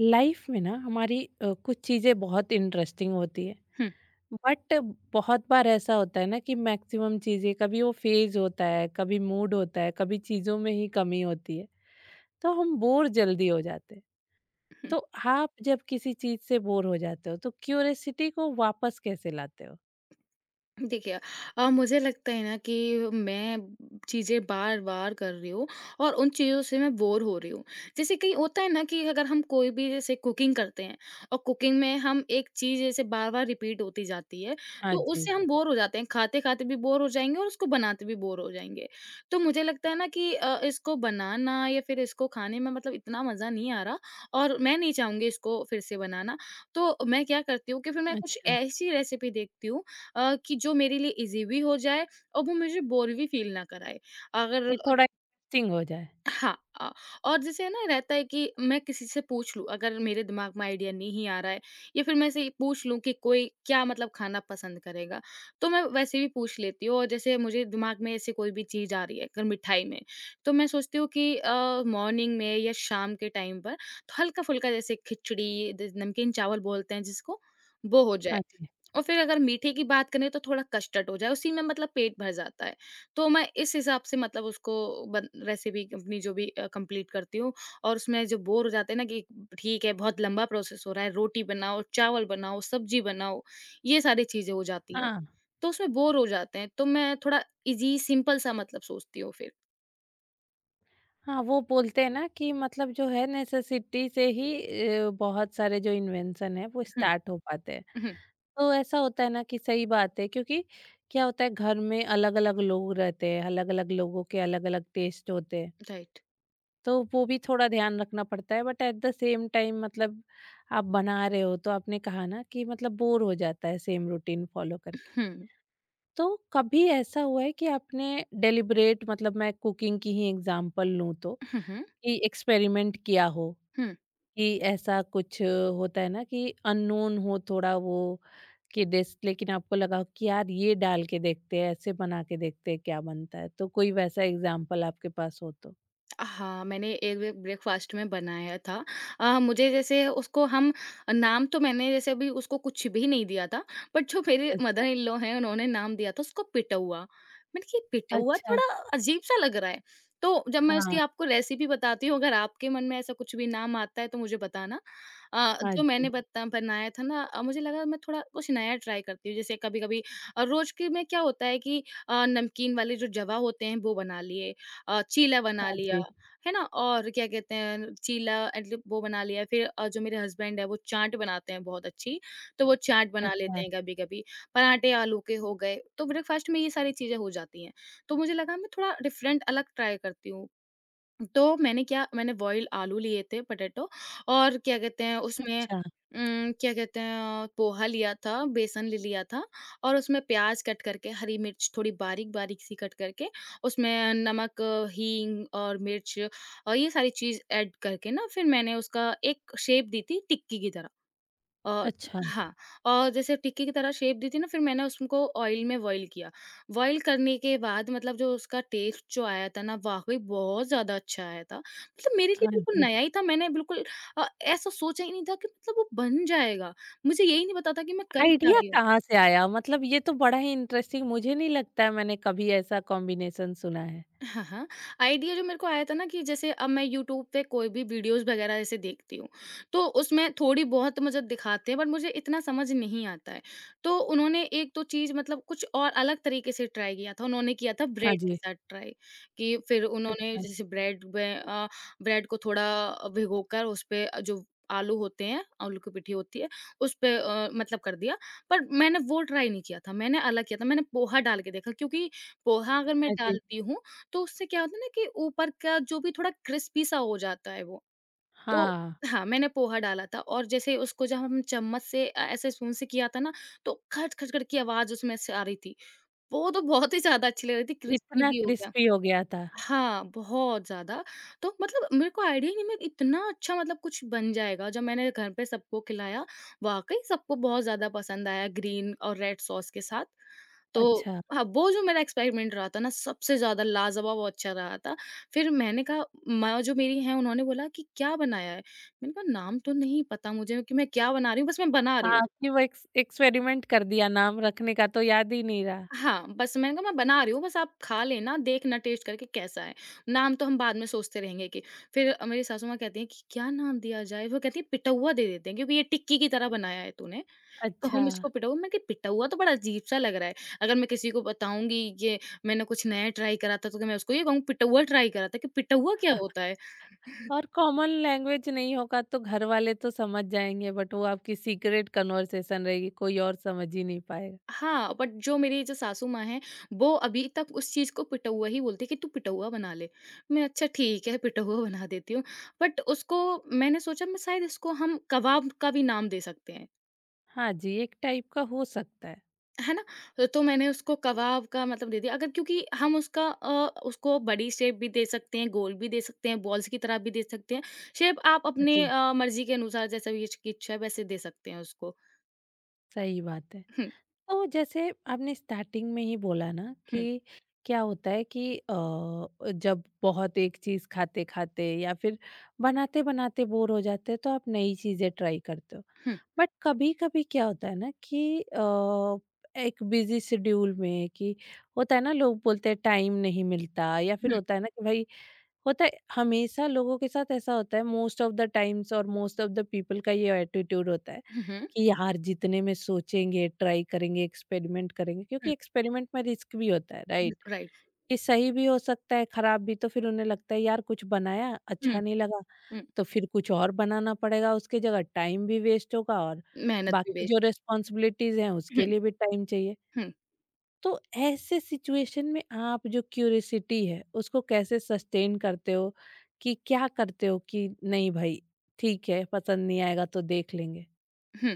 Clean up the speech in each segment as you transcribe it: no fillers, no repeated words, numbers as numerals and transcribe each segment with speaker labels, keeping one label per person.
Speaker 1: Life में ना हमारी कुछ चीज़ें बहुत इंटरेस्टिंग होती है।
Speaker 2: हुँ,
Speaker 1: बट बहुत बार ऐसा होता है ना कि मैक्सिमम चीज़ें, कभी वो फेज होता है, कभी मूड होता है, कभी चीज़ों में ही कमी होती है, तो हम बोर जल्दी हो जाते हैं।
Speaker 2: हुँ।
Speaker 1: तो आप जब किसी चीज़ से बोर हो जाते हो तो क्यूरियसिटी को वापस कैसे लाते हो?
Speaker 2: देखिए मुझे लगता है ना कि मैं चीज़ें बार-बार कर रही हूँ और उन चीज़ों से मैं बोर हो रही हूँ। जैसे कहीं होता है ना कि अगर हम कोई भी जैसे कुकिंग करते हैं और कुकिंग में हम एक चीज़ जैसे बार-बार रिपीट होती जाती है,
Speaker 1: हाँ
Speaker 2: तो
Speaker 1: जी।
Speaker 2: उससे हम बोर हो जाते हैं। खाते-खाते भी बोर हो जाएँगे और उसको बनाते भी बोर हो जाएँगे। तो मुझे लगता है ना कि इसको बनाना या फिर इसको खाने में मतलब इतना मज़ा नहीं आ रहा और मैं नहीं चाहूँगी इसको फिर से बनाना। तो मैं क्या करती हूँ कि फिर मैं कुछ
Speaker 1: अच्छा।
Speaker 2: ऐसी रेसिपी देखती हूँ कि जो मेरे लिए ईज़ी भी हो जाए और वो मुझे बोर भी फ़ील ना कराए। अगर
Speaker 1: कि
Speaker 2: अ,
Speaker 1: थोड़ा इंटरेस्टिंग हो जाए।
Speaker 2: हाँ, और जैसे है ना रहता है कि मैं किसी से पूछ लूँ अगर मेरे दिमाग में आइडिया नहीं आ रहा है या फिर मैं ऐसे ही पूछ लूँ कि कोई क्या मतलब खाना पसंद करेगा, तो मैं वैसे भी पूछ लेती हूँ और जैसे मुझे दिमाग में ऐसे कोई भी चीज़ आ रही है अगर मिठाई में, तो मैं सोचती हूँ कि मॉर्निंग में या शाम के टाइम पर तो हल्का-फुल्का जैसे खिचड़ी द नमकीन चावल बोलते हैं जिसको, वो हो जाए।
Speaker 1: हाँ जी।
Speaker 2: और फिर अगर मीठे की बात करें तो थोड़ा कस्टर्ड हो जाए, उसी में मतलब पेट भर जाता है। तो मैं इस हिसाब से मतलब उसको बन रेसिपी अपनी जो भी कंप्लीट करती हूँ और उसमें जो बोर हो जाते हैं ना कि ठीक है, बहुत लंबा प्रोसेस हो रहा है, रोटी बनाओ, चावल बनाओ, सब्जी बनाओ, ये सारी चीज़ें हो जाती हैं।
Speaker 1: हाँ।
Speaker 2: तो उसमें बोर हो जाते हैं, तो मैं थोड़ा ईज़ी सिंपल सा मतलब सोचती हूँ फिर।
Speaker 1: हाँ, वो बोलते हैं ना कि मतलब जो है नेसेसिटी से ही बहुत सारे जो इन्वेंशन है वो
Speaker 2: हुँ,
Speaker 1: स्टार्ट हो पाते हैं।
Speaker 2: हुँ,
Speaker 1: तो ऐसा होता है ना कि सही बात है क्योंकि क्या होता है, घर में अलग अलग लोग रहते हैं, अलग अलग लोगों के अलग अलग टेस्ट होते हैं।
Speaker 2: राइट।
Speaker 1: तो वो भी थोड़ा ध्यान रखना पड़ता है। But at the same time मतलब आप बना रहे हो तो आपने कहा ना कि मतलब बोर हो जाता है सेम रूटीन फॉलो करके।
Speaker 2: हुँ,
Speaker 1: तो कभी ऐसा हुआ है कि आपने डेलिबरेट, मतलब मैं कुकिंग की ही एग्जांपल लूं तो,
Speaker 2: हुँ, हुँ।
Speaker 1: कि एक्सपेरिमेंट किया हो?
Speaker 2: हुँ।
Speaker 1: कि ऐसा कुछ होता है ना कि अननोन हो थोड़ा वो, कि डिश, लेकिन आपको लगा हो कि यार ये डाल के देखते हैं, ऐसे बना के देखते हैं क्या बनता है, तो कोई वैसा एग्जाम्पल आपके पास हो तो?
Speaker 2: हाँ, मैंने एक ब्रेकफ़ास्ट में बनाया था। मुझे जैसे उसको हम नाम तो मैंने जैसे अभी उसको कुछ भी नहीं दिया था, बट जो मेरे मदर
Speaker 1: अच्छा।
Speaker 2: इन लॉ हैं, उन्होंने नाम दिया था उसको पिटौआ। मैंने कहा, "ये पिटौआ
Speaker 1: अच्छा।
Speaker 2: थोड़ा अजीब-सा लग रहा है।" तो जब मैं उसकी
Speaker 1: हाँ।
Speaker 2: आपको रेसिपी बताती हूँ, अगर आपके मन में ऐसा कुछ भी नाम आता है, तो मुझे बताना।
Speaker 1: हाँ
Speaker 2: जो मैंने
Speaker 1: जी।
Speaker 2: बता बनाया था ना मुझे लगा मैं थोड़ा कुछ नया ट्राई करती हूँ। जैसे कभी-कभी रोज़ के में क्या होता है कि नमकीन वाले जो जवा होते हैं, वो बना लिए, चीला बना
Speaker 1: हाँ
Speaker 2: लिया।
Speaker 1: जी।
Speaker 2: है ना? और क्या कहते हैं चीला मतलब वो बना लिया फिर जो मेरे हस्बैंड है वो चाट बनाते हैं बहुत अच्छी, तो वो चाट बना लेते
Speaker 1: अच्छा।
Speaker 2: हैं कभी-कभी, पराठे आलू के हो गए, तो ब्रेकफ़ास्ट में ये सारी चीज़ें हो जाती हैं। तो मुझे लगा मैं थोड़ा डिफरेंट अलग ट्राई करती हूँ तो मैंने क्या मैंने बॉइल्ड आलू लिए थे पोटैटो और क्या कहते हैं उसमें
Speaker 1: अच्छा।
Speaker 2: क्या कहते हैं पोहा लिया था, बेसन ले लिया था और उसमें प्याज़ कट करके, हरी मिर्च थोड़ी बारीक-बारीक सी कट करके, उसमें नमक, हींग और मिर्च और ये सारी चीज़ ऐड करके ना फिर मैंने उसका एक शेप दी थी टिक्की की तरह। अ,
Speaker 1: अच्छा।
Speaker 2: हाँ और जैसे टिक्की की तरह शेप दी थी ना फिर मैंने उसको ऑयल में बॉईल किया। बॉईल करने के बाद मतलब जो उसका टेस्ट जो आया था ना वाक़ई बहुत ज़्यादा अच्छा आया था। मतलब मेरे लिए
Speaker 1: हाँ
Speaker 2: बिल्कुल
Speaker 1: जी।
Speaker 2: नया ही था मैंने बिल्कुल ऐसा सोचा ही नहीं था कि मतलब वो बन जाएगा। मुझे यही नहीं पता था कि मैं कर क्या
Speaker 1: आइडिया
Speaker 2: रही हूँ।
Speaker 1: कहाँ से आया मतलब? ये तो बड़ा ही इंटरेस्टिंग, मुझे नहीं लगता है मैंने कभी ऐसा कॉम्बिनेशन सुना है।
Speaker 2: हाँ, हाँ। आइडिया जो मेरे को आया था ना कि जैसे अब मैं यूट्यूब पे कोई भी वीडियोज़ वग़ैरह ऐसे देखती हूँ, तो उसमें थोड़ी-बहुत मुझे दिखाते हैं बट मुझे इतना समझ नहीं आता है। तो उन्होंने एक तो चीज़ मतलब कुछ और अलग तरीके से ट्राई किया था, उन्होंने किया था
Speaker 1: हाँ
Speaker 2: ब्रेड के
Speaker 1: जी।
Speaker 2: साथ ट्राई कि फिर उन्होंने
Speaker 1: अच्छा।
Speaker 2: जैसे ब्रेड को थोड़ा भिगोकर उस पे जो आलू होते हैं, आलू की पिट्ठी होती है, उस पे मतलब कर दिया। पर मैंने वो ट्राई नहीं किया था, मैंने अलग किया था, मैंने पोहा डाल के देखा क्योंकि पोहा अगर मैं
Speaker 1: हाँ जी।
Speaker 2: डालती हूँ तो उससे क्या होता है ना कि ऊपर का जो भी थोड़ा क्रिस्पी सा हो जाता है वो। तो
Speaker 1: हाँ।
Speaker 2: हाँ, मैंने पोहा डाला था और जैसे उसको जब हम ऐसे स्पून से किया था ना, तो खच, खच, खच की आवाज़ उसमें से आ रही थी। वो तो बहुत ही ज़्यादा अच्छी लग रही थी, क्रिस्पी
Speaker 1: इतना
Speaker 2: भी हो गया।
Speaker 1: क्रिस्पी हो गया था?
Speaker 2: हाँ, बहुत ज़्यादा। तो मतलब मेरे को आइडिया ही नहीं मैं इतना अच्छा मतलब कुछ बन जाएगा, जब मैंने घर पे सबको खिलाया, वाक़ई सबको बहुत ज़्यादा पसंद आया ग्रीन और रेड सॉस के साथ। तो
Speaker 1: अच्छा।
Speaker 2: हाँ, वो जो मेरा एक्सपेरिमेंट रहा था ना सबसे ज़्यादा लाजवाब और अच्छा रहा था। फिर मैंने कहा माँ जो मेरी हैं उन्होंने बोला कि, "क्या बनाया है?" मैंने कहा, "नाम तो नहीं पता मुझे कि मैं क्या बना रही हूँ, बस मैं बना रही
Speaker 1: हाँ,
Speaker 2: हूँ।"
Speaker 1: कि वो एक्सपेरिमेंट कर दिया, नाम रखने का तो याद ही नहीं रहा।
Speaker 2: हाँ, बस मैंने कहा मैं बना रही हूँ, बस आप खा लेना, देखना टेस्ट करके कैसा है। नाम तो हम बाद में सोचते रहेंगे कि फिर मेरी सासू माँ कहती हैं कि क्या नाम दिया जाए? वो कहती हैं पिटौवा दे देते हैं क्योंकि ये टिक्की की तरह बनाया है तूने, तो
Speaker 1: अच्छा।
Speaker 2: हम इसको पिटौवा मैं कहा पिटौवा तो बड़ा अजीब-सा लग रहा है। अगर मैं किसी को बताऊँगी ये मैंने कुछ नया ट्राई करा था, तो क्या मैं उसको ये कहूँगी पिटौवा ट्राई करा था कि पिटौवा क्या होता है?
Speaker 1: और कॉमन लैंग्वेज नहीं होगा तो घर वाले तो समझ जाएँगे, बट वो आपकी सीक्रेट कन्वर्सेशन रहेगी, कोई और समझ ही नहीं पाएगा।
Speaker 2: हाँ, बट जो मेरी जो सासू माँ हैं, वो अभी तक उस चीज़ को पिटौआ ही बोलती है कि, "तू पिटौआ बना ले।" मैं, "अच्छा ठीक है, पिटौआ बना देती हूँ।" बट उसको मैंने सोचा मैं शायद इसको हम कबाब का भी नाम दे सकते हैं,
Speaker 1: हाँ जी, एक टाइप का हो सकता है।
Speaker 2: है ना? तो मैंने उसको कबाब का मतलब दे दिया अगर क्योंकि हम उसको बड़ी शेप भी दे सकते हैं, गोल भी दे सकते हैं, बॉल्स की तरह भी दे सकते हैं। शेप आप
Speaker 1: हाँ
Speaker 2: अपने
Speaker 1: जी,
Speaker 2: मर्ज़ी के अनुसार जैसा भी इसकी इच्छा है, वैसे दे सकते हैं उसको।
Speaker 1: सही बात है।
Speaker 2: हुँ,
Speaker 1: तो जैसे आपने स्टार्टिंग में ही बोला ना
Speaker 2: हुँ,
Speaker 1: कि क्या होता है कि जब बहुत एक चीज़ खाते-खाते या फिर बनाते-बनाते बोर हो जाते हैं तो आप नई चीज़ें ट्राई करते हो।
Speaker 2: हुँ,
Speaker 1: बट कभी कभी क्या होता है ना कि एक बिजी शेड्यूल में कि होता है ना, लोग बोलते हैं टाइम नहीं मिलता, या फिर
Speaker 2: हुँ,
Speaker 1: होता है ना कि भाई होता है, हमेशा लोगों के साथ ऐसा होता है, मोस्ट ऑफ द टाइम्स, और मोस्ट ऑफ द पीपल का ये एटीट्यूड होता है
Speaker 2: हुँ, हुँ,
Speaker 1: कि यार जितने में सोचेंगे ट्राई करेंगे एक्सपेरिमेंट करेंगे, क्योंकि एक्सपेरिमेंट में रिस्क भी होता है,
Speaker 2: हुँ,
Speaker 1: राइट?
Speaker 2: राइट।
Speaker 1: कि सही भी हो सकता है खराब भी, तो फिर उन्हें लगता है यार कुछ बनाया
Speaker 2: हुँ,
Speaker 1: अच्छा नहीं लगा
Speaker 2: हुँ।
Speaker 1: तो फिर कुछ और बनाना पड़ेगा उसकी जगह, टाइम भी वेस्ट होगा, और
Speaker 2: मेहनत भी
Speaker 1: बाकी जो
Speaker 2: बेस्ट।
Speaker 1: रिस्पॉन्सिबिलिटीज़ हैं
Speaker 2: हुँ,
Speaker 1: उसके लिए भी टाइम चाहिए।
Speaker 2: हुँ।
Speaker 1: तो ऐसे सिचुएशन में आप जो क्यूरियोसिटी है उसको कैसे सस्टेन करते हो? कि क्या करते हो कि नहीं भाई ठीक है, पसंद नहीं आएगा तो देख लेंगे?
Speaker 2: हुँ।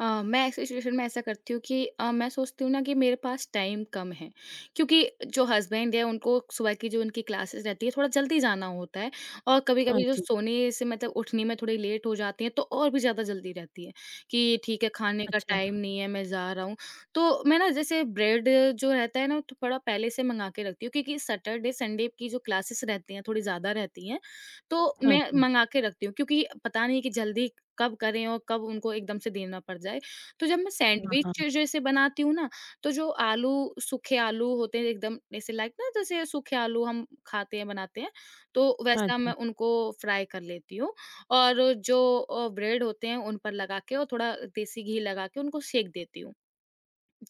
Speaker 2: मैं ऐसी सिचुएशन में ऐसा करती हूँ कि मैं सोचती हूँ ना कि मेरे पास टाइम कम है, क्योंकि जो हस्बैंड है उनको सुबह की जो उनकी क्लासेस रहती है थोड़ा जल्दी जाना होता है और
Speaker 1: हाँ
Speaker 2: कभी-कभी जो
Speaker 1: जी।
Speaker 2: सोने से मतलब उठने में थोड़ी लेट हो जाती हैं तो और भी ज़्यादा जल्दी रहती है, कि ठीक है खाने का
Speaker 1: अच्छा।
Speaker 2: टाइम नहीं है मैं जा रहा हूँ। तो मैं ना जैसे ब्रेड जो रहता है ना तो थोड़ा पहले से मंगा के रखती हूँ क्योंकि सैटरडे संडे की जो क्लासेस रहती हैं थोड़ी ज़्यादा रहती हैं, तो
Speaker 1: हाँ
Speaker 2: मैं
Speaker 1: जी।
Speaker 2: मंगा के रखती हूँ क्योंकि पता नहीं कि जल्दी कब करें और कब उनको एकदम से देना पड़ जाए। तो जब मैं
Speaker 1: हाँ। हाँ।
Speaker 2: सैंडविच जैसे बनाती हूँ ना, तो जो आलू सूखे आलू होते हैं एकदम ऐसे लाइक ना जैसे सूखे आलू हम खाते हैं, बनाते हैं, तो
Speaker 1: हाँ
Speaker 2: वैसा मैं
Speaker 1: जी।
Speaker 2: उनको फ्राई कर लेती हूँ और जो ब्रेड होते हैं उन पर लगा के और थोड़ा देसी घी लगा के उनको सेंक देती हूँ।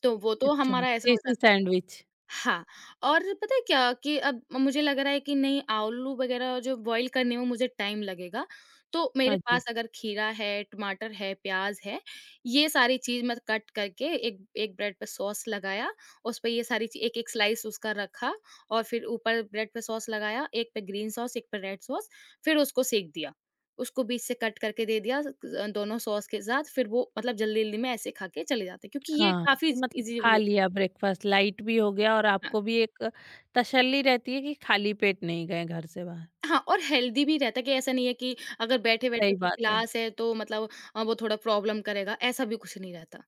Speaker 2: तो वो तो
Speaker 1: अच्छा,
Speaker 2: हमारा ऐसा हो
Speaker 1: देसी
Speaker 2: जाता है।
Speaker 1: सैंडविच।
Speaker 2: हाँ, और पता है क्या कि अब मुझे लग रहा है कि नहीं आलू वगैरह जो बॉयल करने में मुझे टाइम लगेगा, तो मेरे
Speaker 1: हाँ जी।
Speaker 2: पास अगर खीरा है, टमाटर है, प्याज़ है, ये सारी चीज़ मैं कट करके एक एक ब्रेड पे सॉस लगाया, उस पे ये सारी ची एक-एक स्लाइस उसका रखा और फिर ऊपर ब्रेड पे सॉस लगाया, एक पे ग्रीन सॉस, एक पे रेड सॉस, फिर उसको सेंक दिया। उसको बीच से कट करके दे दिया स क दोनों सॉस के साथ, फिर वो मतलब जल्दी-जल्दी में ऐसे खा के चले जाते हैं क्योंकि ये
Speaker 1: हाँ,
Speaker 2: काफ़ी
Speaker 1: कि मतलब
Speaker 2: ईज़ी।
Speaker 1: खा लिया, ब्रेकफास्ट लाइट भी हो गया और आपको भी एक तसल्ली रहती है कि खाली पेट नहीं गए घर से बाहर।
Speaker 2: हाँ, और हेल्दी भी रहता है कि ऐसा नहीं है कि अगर बैठे-बैठे
Speaker 1: सही
Speaker 2: की
Speaker 1: बात है।
Speaker 2: क्लास है तो मतलब वो थोड़ा प्रॉब्लम करेगा, ऐसा भी कुछ नहीं रहता।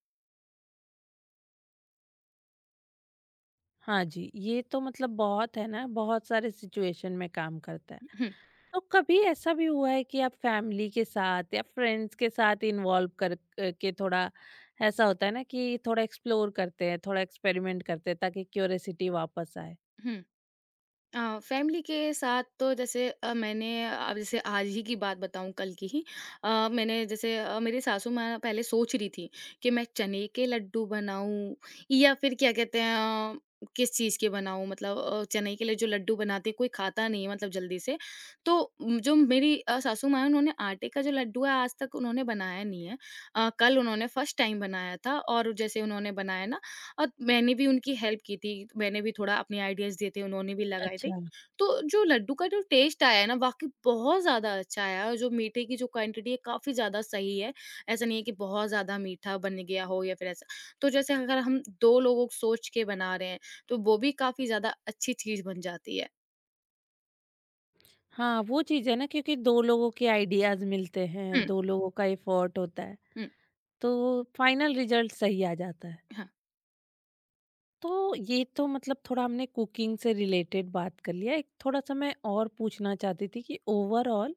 Speaker 1: हाँ जी, ये तो मतलब बहुत है ना, बहुत सारे सिचुएशन में काम करता है।
Speaker 2: हुँ,
Speaker 1: तो कभी ऐसा भी हुआ है कि आप फैमिली के साथ या फ्रेंड्स के साथ इन्वॉल्व कर क के थोड़ा, ऐसा होता है ना कि थोड़ा एक्सप्लोर करते हैं, थोड़ा एक्सपेरिमेंट करते हैं, ताकि क्यूरियोसिटी वापस आए?
Speaker 2: हुँ। फैमिली के साथ तो जैसे मैंने अब जैसे आज ही की बात बताऊँ कल की ही मैंने जैसे मेरी सासू माँ पहले सोच रही थी कि मैं चने के लड्डू बनाऊँ या फिर क्या कहते हैं अ, किस चीज़ के बनाऊँ मतलब चने के लिए जो लड्डू बनाते हैं, कोई खाता नहीं है मतलब जल्दी से। तो जो मेरी सासू माँ हैं उन्होंने आटे का जो लड्डू है आज तक उन्होंने बनाया नहीं है। कल उन्होंने फर्स्ट टाइम बनाया था और जैसे उन्होंने बनाया ना और मैंने भी उनकी हेल्प की थी, मैंने भी थोड़ा अपने आइडियाज़ दिए थे, उन्होंने भी लगाए थे।
Speaker 1: अच्छा।
Speaker 2: तो जो लड्डू का जो टेस्ट आया है ना वाक़ई बहुत ज़्यादा अच्छा आया और जो मीठे की जो क्वांटिटी है काफ़ी ज़्यादा सही है। ऐसा नहीं है कि बहुत ज़्यादा मीठा बन गया हो या फिर ऐसा। तो जैसे अगर हम 2 लोगों को सोच के बना रहे हैं, तो वो भी काफ़ी ज़्यादा अच्छी चीज़ बन जाती है।
Speaker 1: हाँ, वो चीज़ है ना, क्योंकि 2 लोगों के आइडियाज़ मिलते
Speaker 2: हुँ,
Speaker 1: हैं, 2 लोगों का एफर्ट होता है।
Speaker 2: हुँ,
Speaker 1: तो फाइनल रिजल्ट सही आ जाता है।
Speaker 2: हाँ।
Speaker 1: तो ये तो मतलब थोड़ा हमने कुकिंग से रिलेटेड बात कर लिया। एक थोड़ा-सा मैं और पूछना चाहती थी कि ओवरऑल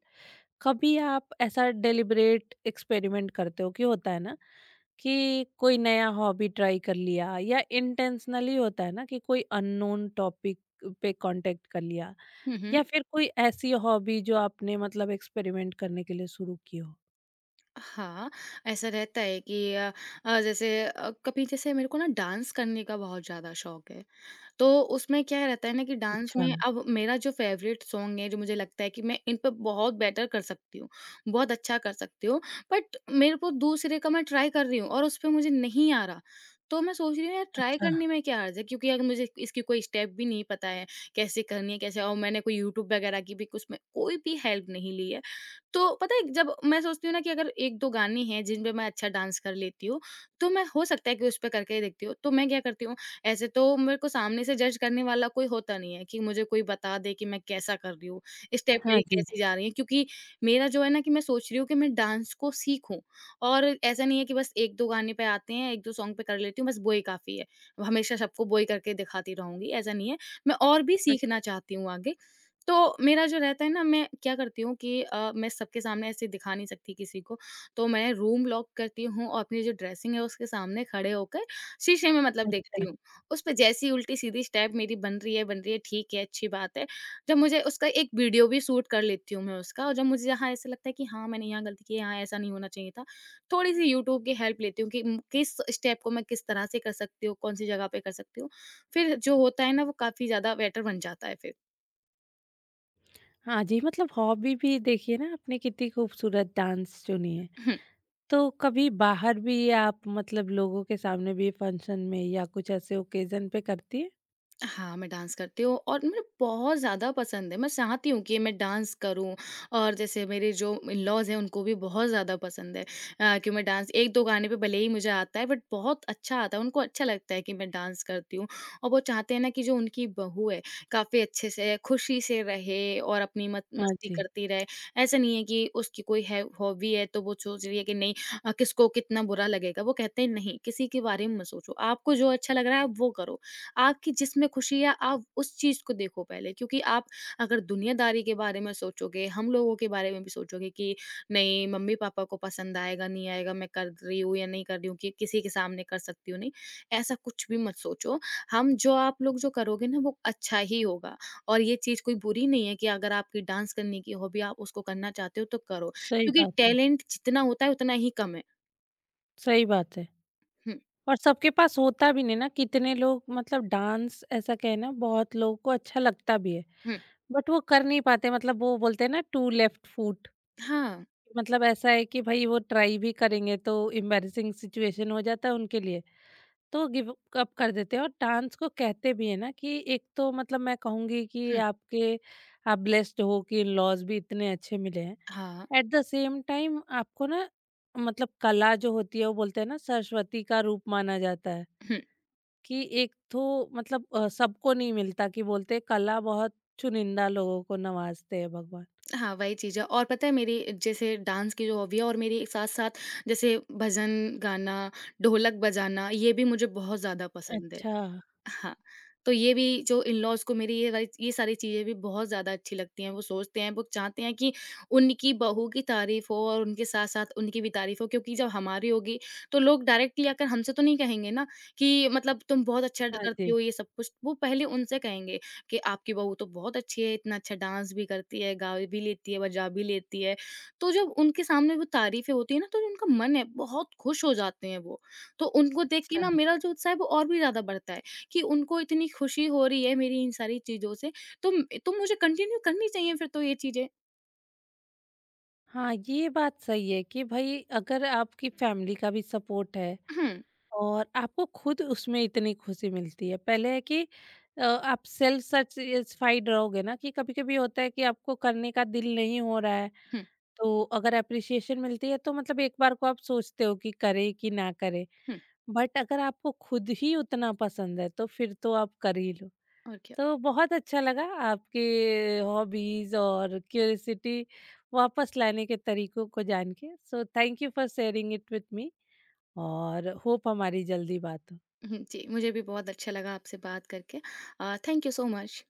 Speaker 1: कभी आप ऐसा डेलिब्रेट एक्सपेरिमेंट करते हो कि होता है ना कि कोई नया हॉबी ट्राई कर लिया, या इंटेंशनली होता है ना कि कोई अननोन टॉपिक पे कांटेक्ट कर लिया,
Speaker 2: हुँ, हुँ।
Speaker 1: या फिर कोई ऐसी हॉबी जो आपने मतलब एक्सपेरिमेंट करने के लिए शुरू की हो?
Speaker 2: हाँ, ऐसा रहता है कि कभी जैसे मेरे को ना डांस करने का बहुत ज़्यादा शौक है। तो उसमें क्या रहता है ना कि डांस
Speaker 1: अच्छा।
Speaker 2: में अब मेरा जो फ़ेवरेट सॉन्ग है, जो मुझे लगता है कि मैं इन पे बहुत बेटर कर सकती हूँ, बहुत अच्छा कर सकती हूँ, बट मेरे को दूसरे का मैं ट्राई कर रही हूँ और उसपे मुझे नहीं आ रहा। तो मैं सोच रही हूँ यार ट्राई
Speaker 1: अच्छा।
Speaker 2: करने में क्या हर्ज है क्योंकि अगर मुझे इसकी कोई स्टेप भी नहीं पता है, कैसे करनी है, कैसे और मैंने कोई यूट्यूब वगैरह की भी उसमें कोई भी हेल्प नहीं ली है। तो पता है जब मैं सोचती हूँ ना कि अगर 1-2 गाने हैं जिन पे मैं अच्छा डांस कर लेती हूँ, तो मैं हो सकता है कि उस पे करके ही देखती हूँ। तो मैं क्या करती हूँ ऐसे तो मेरे को सामने से जज करने वाला कोई होता नहीं है कि मुझे कोई बता दे कि मैं कैसा कर रही हूँ, स्टेप
Speaker 1: हाँ
Speaker 2: मेरी
Speaker 1: जी।
Speaker 2: कैसी जा रही है क्योंकि मेरा जो है ना कि मैं सोच रही हूँ कि मैं डांस को सीखूँ और ऐसा नहीं है कि बस 1-2 गाने पे आते हैं, 1-2 सॉन्ग पे कर लेती हूँ, बस वो ही काफ़ी है। हमेशा सबको वो ही करके दिखाती रहूँगी, ऐसा नहीं है। मैं और भी
Speaker 1: अ,
Speaker 2: सीखना चाहती हूँ आगे। तो मेरा जो रहता है ना मैं क्या करती हूँ कि मैं सबके सामने ऐसे दिखा नहीं सकती किसी को, तो मैं रूम लॉक करती हूँ और अपनी जो ड्रेसिंग है उसके सामने खड़े होकर शीशे में मतलब देखती
Speaker 1: अच्छा।
Speaker 2: हूँ। उसपे जैसी उल्टी-सीधी स्टेप मेरी बन रही है, ठीक है, अच्छी बात है। जब मुझे उसका एक वीडियो भी शूट कर लेती हूँ मैं उसका और जब मुझे यहाँ ऐसा लगता है कि हाँ, मैंने यहाँ गलती की है, यहाँ ऐसा नहीं होना चाहिए था, थोड़ी-सी यूट्यूब की हेल्प लेती हूँ कि किस स्टेप को मैं किस तरह से कर सकती हूँ, कौन-सी जगह पे कर सकती हूँ। फिर जो होता है ना, वो काफ़ी ज़्यादा बेटर बन जाता है फिर।
Speaker 1: हाँ जी, मतलब हॉबी भी देखिए ना, आपने कितनी खूबसूरत डांस चुनी है। तो कभी बाहर भी आप मतलब लोगों के सामने भी फंक्शन में या कुछ ऐसे ओकेज़न पे करती हैं?
Speaker 2: हाँ, मैं डांस करती हूँ और मुझे बहुत ज़्यादा पसंद है। मैं चाहती हूँ कि मैं डांस करूँ और जैसे मेरे जो इन-लॉज़ हैं उनको भी बहुत ज़्यादा पसंद है कि मैं डांस 1-2 गाने पे भले ही मुझे आता है बट बहुत अच्छा आता है, उनको अच्छा लगता है कि मैं डांस करती हूँ। और वो चाहते हैं ना कि जो उनकी बहू है काफ़ी अच्छे से खुशी से रहे और अपनी मत
Speaker 1: हाँ
Speaker 2: मस्ती
Speaker 1: जी,
Speaker 2: करती रहे। ऐसा नहीं है कि उसकी कोई है हॉबी है तो वो सोच रही है कि नहीं किसको कितना बुरा लगेगा। वो कहते हैं नहीं, किसी के बारे में मत सोचो, आपको जो अच्छा लग रहा है आप वो करो। आपकी जिसमें खुशी है आप उस चीज़ को देखो पहले क्योंकि आप अगर दुनियादारी के बारे में सोचोगे, हम लोगों के बारे में भी सोचोगे कि नहीं मम्मी-पापा को पसंद आएगा, नहीं आएगा, मैं कर रही हूँ या नहीं कर रही हूँ कि किसी के सामने कर सकती हूँ, नहीं। ऐसा कुछ भी मत सोचो। हम जो आप लोग जो करोगे ना वो अच्छा ही होगा और ये चीज़ कोई बुरी नहीं है कि अगर आपकी डांस करने की हॉबी आप उसको करना चाहते हो तो करो
Speaker 1: सही
Speaker 2: क्योंकि
Speaker 1: बात है,
Speaker 2: टैलेंट जितना होता है उतना ही कम है।
Speaker 1: सही बात है।
Speaker 2: हुँ,
Speaker 1: और सबके पास होता भी नहीं ना, कितने लोग मतलब डांस, ऐसा कहें ना बहुत लोगों को अच्छा लगता भी है,
Speaker 2: हुँ।
Speaker 1: बट वो कर नहीं पाते, मतलब वो बोलते हैं ना टू लेफ्ट फूट।
Speaker 2: हाँ।
Speaker 1: मतलब ऐसा है कि भई वो ट्राई भी करेंगे तो एम्बैरेसिंग सिचुएशन हो जाता है उनके लिए। तो गिव अप कर देते हैं। और डांस को कहते भी है ना कि एक तो मतलब मैं कहूँगी कि
Speaker 2: हुँ।
Speaker 1: आपके, आप ब्लेस्ड हो कि लॉज भी इतने अच्छे मिले हैं।
Speaker 2: हाँ।
Speaker 1: एट द सेम टाइम आपको ना, मतलब कला जो होती है वो बोलते हैं ना सरस्वती का रूप माना जाता है।
Speaker 2: हुँ।
Speaker 1: कि एक तो मतलब सबको नहीं मिलता, कि बोलते हैं, कला बहुत चुनिंदा लोगों को नवाजते हैं भगवान।
Speaker 2: हाँ, वही चीज़ है और पता है मेरी जैसे डांस की जो हॉबी है और मेरी साथ-साथ जैसे भजन गाना, ढोलक बजाना ये भी मुझे बहुत ज़्यादा पसंद है।
Speaker 1: अच्छा।
Speaker 2: हाँ, तो ये भी जो इन-लॉज़ को मेरी ये वाली ये सारी चीज़ें भी बहुत ज़्यादा अच्छी लगती हैं। वो सोचते हैं, वो चाहते हैं कि उनकी बहू की तारीफ़ हो और उनके साथ-साथ उनकी भी तारीफ़ हो क्योंकि जब हमारी होगी तो लोग डायरेक्टली आकर हमसे तो नहीं कहेंगे ना कि मतलब तुम बहुत अच्छा ड
Speaker 1: हाँ
Speaker 2: करती
Speaker 1: जी।
Speaker 2: हो ये सब कुछ। वो पहले उनसे कहेंगे कि आपकी बहू तो बहुत अच्छी है, इतना अच्छा डांस भी करती है, गा भी लेती है, बजा भी लेती है। तो जब उनके सामने वो तारीफ़ें होती हैं ना तो उनका मन है बहुत खुश हो जाते हैं वो। तो उनको देख के
Speaker 1: अच्छा।
Speaker 2: ना मेरा जो उत्साह है वो और भी ज़्यादा बढ़ता है। कि उनको इतनी खुशी हो रही है मेरी इन सारी चीज़ों से, तो तो मुझे कंटिन्यू करनी चाहिए फिर तो ये चीज़ें।
Speaker 1: हाँ, ये बात सही है कि भाई अगर आपकी फैमिली का भी सपोर्ट है
Speaker 2: हुँ,
Speaker 1: और आपको खुद उसमें इतनी खुशी मिलती है। पहले है कि आप सेल्फ सैटिस्फाइड रहोगे ना, कि कभी-कभी होता है कि आपको करने का दिल नहीं हो रहा है,
Speaker 2: हुँ,
Speaker 1: तो अगर एप्रिसिएशन मिलती है तो मतलब एक बार को आप सोचते हो कि करें कि ना करें।
Speaker 2: हुँ
Speaker 1: बट अगर आपको खुद ही उतना पसंद है तो फिर तो आप कर ही लो।
Speaker 2: और क्या।
Speaker 1: तो बहुत अच्छा लगा आपके हॉबीज़ और क्यूरियोसिटी वापस लाने के तरीकों को जान के। So thank you for sharing it with me, और होप हमारी जल्दी बात हो।
Speaker 2: हुँ, जी, मुझे भी बहुत अच्छा लगा आपसे बात करके। Thank you so much.